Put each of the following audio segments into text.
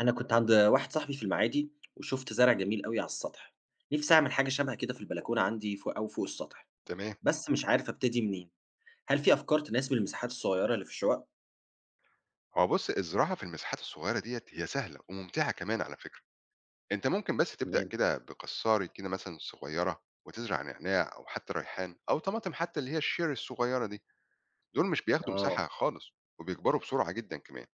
أنا كنت عند واحد صاحبي في المعادي، وشفت زرع جميل قوي على السطح. نفسي أعمل حاجة شبه كده في البلكونة عندي فوق أو فوق السطح، تمام. بس مش عارف أبتدي منين. هل في أفكار تناسب المساحات الصغيرة اللي في الشقق؟ هو بص، الزراعة في المساحات الصغيرة ديت هي سهلة وممتعة كمان على فكرة. انت ممكن بس تبدأ تمام. كده بقصاري كده مثلا صغيرة وتزرع نعناع او حتى ريحان او طماطم، حتى اللي هي الشير الصغيرة دي. دول مش بياخدوا آه. مساحة خالص، وبيكبروا بسرعة جدا كمان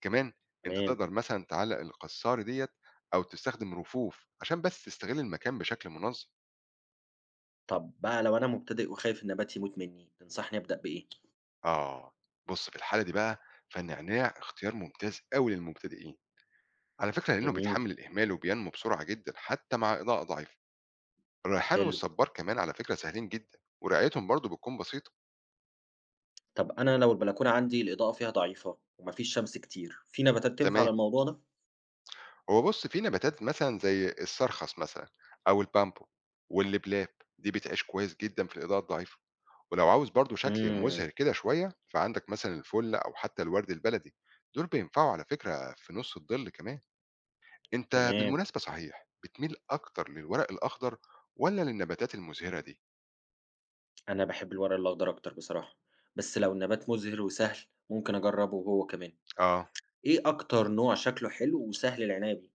كمان انت تمام. تقدر مثلا تعلق القصاري ديت او تستخدم رفوف عشان بس تستغل المكان بشكل منظم. طب بقى لو أنا مبتدئ وخايف النبات يموت مني تنصحني أبدأ بإيه؟ اه، بص في الحالة دي بقى، فالنعناع اختيار ممتاز قوي للمبتدئين على فكرة، لأنه جميل. بيتحمل الإهمال وبينمو بسرعة جدًا حتى مع إضاءة ضعيفة. الريحان حلو. والصبار كمان على فكرة سهلين جدًا، ورعايتهم برضه بتكون بسيطة. طب أنا لو البلكونة عندي الإضاءة فيها ضعيفة ومفيش شمس كتير، في نباتات تنفع تمام، للموضوع ده؟ هو بُص، في نباتات مثلًا زي السرخس، مثلًا أو البامبو واللبلاب، دي بتعيش كويس جدًا في الإضاءة الضعيفة. ولو عاوز برضه شكل امم مُزهِر كده شوية، فعندك مثلًا الفُل أو حتى الورد البلدي، دول بينفعوا على فكرة في نُص الظل كمان. أنت تمام. بالمناسبة، صحيح، بتميل أكتر للورق الأخضر والّا للنباتات المُزهِرة دي؟ أنا بحب الورق الأخضر أكتر بصراحة، بس لو النبات مزهر وسهل ممكن أجربه هو كمان. آه. إيه أكتر نوع شكله حلو وسهل العناية بيه؟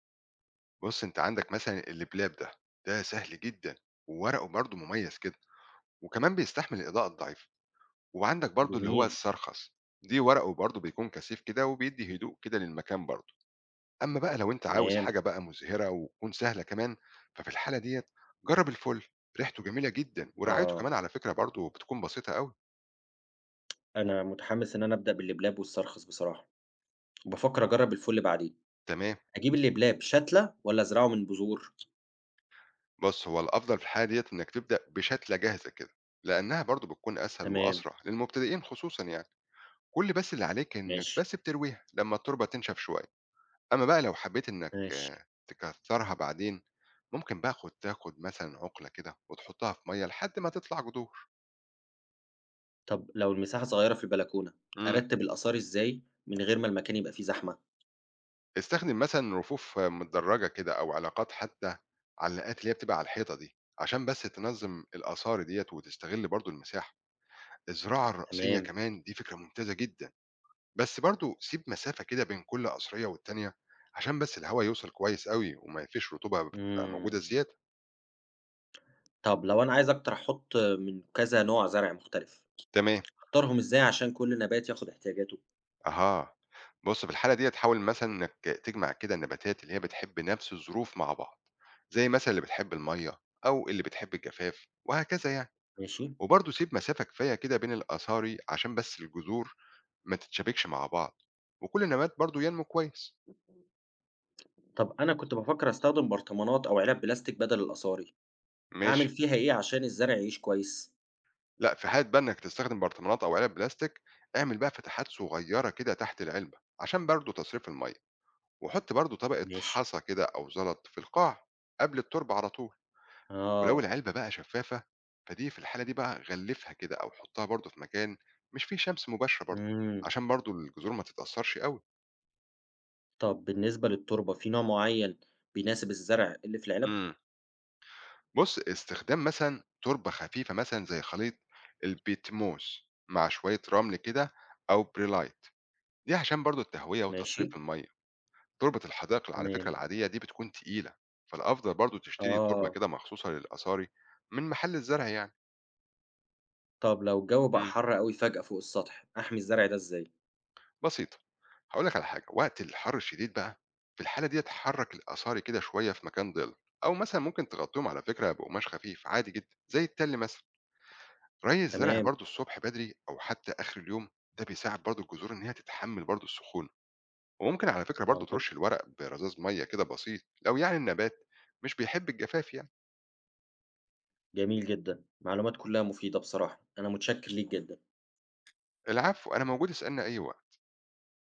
بُص، أنت عندك مثلًا البلاب ده، ده سهل جدًا وورقه برضه مميز كده، وكمان بيستحمل الإضاءة الضعيفة. وعندك برضه اللي هو جميل. السرخس، دي ورقه برضه بيكون كثيف كده وبيدّي هدوء كده للمكان برضه. أمّا بقى لو أنت عاوز تمام. حاجة بقى مُزهِرة وتكون سهلة كمان، ففي الحالة ديّة جرّب الفُل، ريحته جميلة جدًا ورعايته آه. كمان على فكرة برضه بتكون بسيطة أوي. أنا متحمس إن أنا أبدأ باللبلاب والسرخس بصراحة، وبافكر أجرب الفل بعدين. تمام. أجيب اللبلاب شتلة ولا أزرعه من بذور؟ بُص، هو الأفضل في الحالة ديّة إنّك تبدأ بشتلة جاهزة كده، لإنّها برضه بتكون أسهل تمام. وأسرع للمبتدئين خصوصًا يعني. كل بس اللي عليك إنك ماشي. بس بترويها لمّا التربة تنشف شوية. أمّا بقى لو حبيت إنك ماشي. تكترها بعدين، ممكن بقى تاخد مثلًا عُقلة كده وتحطها في مَيّة لحد ما تطلع جذور. طب لو المساحة صغيرة في البلكونة، إمم. أرتب الآثار إزاي من غير ما المكان يبقى فيه زحمة؟ استخدم مثلًا رفوف، آه، متدرجة كده أو علاقات، حتى علاقات اللي هي بتبقى على الحيطة دي، عشان بس تنظم الآثار ديّة وتستغل برضه المساحة. الزراعة الرأسية تمام. كمان دي فكرة ممتازة جدًا، بس برضه سيب مسافة كده بين كل قصرية والتانية، عشان بس الهوا يوصل كويس أوي وما فيش رطوبة بتبقى موجودة إمم. زيادة. طب لو أنا عايز أكتر أحط من كذا نوع زرع مختلف، تمام، أختارهم إزاي عشان كل نبات ياخد احتياجاته؟ أها. بُص، في الحالة ديّة حاول مثلًا إنّك تجمع كده النباتات اللي هي بتحب نَفْس الظروف مع بعض، زي مثلًا اللي بتحب المَيّة أو اللي بتحب الجفاف وهكذا يعني. ماشي. وبرضه سيب مسافة كفاية كده بين الأصاري عشان بس الجذور ما تتشابكش مع بعض، وكل نبات برضه ينمو كويس. طب أنا كنت بافكّر أستخدم برطمانات أو علب بلاستيك بدل الأصاري، ماشي. أعمل فيها إيه عشان الزرع يعيش كويس؟ لأ، في حالة بقى إنّك تستخدم برطمانات أو علب بلاستيك، اعمل بقى فتحات صغيّرة كده تحت العلبة عشان برضه تصريف المَيّة، وحُط برضه طبقة ماشي. حَصى كده أو زلط في القاع قبل التُربة على طول. ولو آه. العلبة بقى شفافة، فدي في الحالة دي بقى غلّفها كده أو حُطّها برضه في مكان مش فيه شمس مباشرة برضه، إمم. عشان برضه الجذور ما تتأثّرش أوي. طب بالنسبة للتربة، في نوع معين بيناسب الزرع اللي في العلب؟ إمم. بُص، استخدام مثلًا تربة خفيفة مثلًا زي خليط البيتموس مع شوية رمل كده أو بريلايت، دي عشان برضه التهوية ماشي. وتصريف المَيّة. تربة الحدائق على فكرة تمام. العادية دي بتكون تقيلة، فالأفضل برضه تشتري تربة آه. كده مخصوصة للآثاري من محل الزرع يعني. طب لو الجو بقى إمم. حَر أوي فجأة فوق السطح، أحمي الزرع ده إزاي؟ بسيطة، هقول لك على حاجة. وقت الحر الشديد بقى، في الحالة دي تحرك الآثار كده شوية في مكان ضل، أو مثلا ممكن تغطيهم على فكرة بقماش خفيف عادي جدا زي التل مثلا. ري الزرع تمام. برضو الصبح بدري أو حتى آخر اليوم، ده بيساعد برضو الجذور إن هي تتحمل برضو السخونة. وممكن على فكرة برضو ترش منطقي. الورق برذاذ مية كده بسيط، لو يعني النبات مش بيحب الجفاف يعني. جميل جدًا، معلومات كلها مفيدة بصراحة، أنا متشكر ليك جدًا. العفو، أنا موجود، اسألنا أي وقت.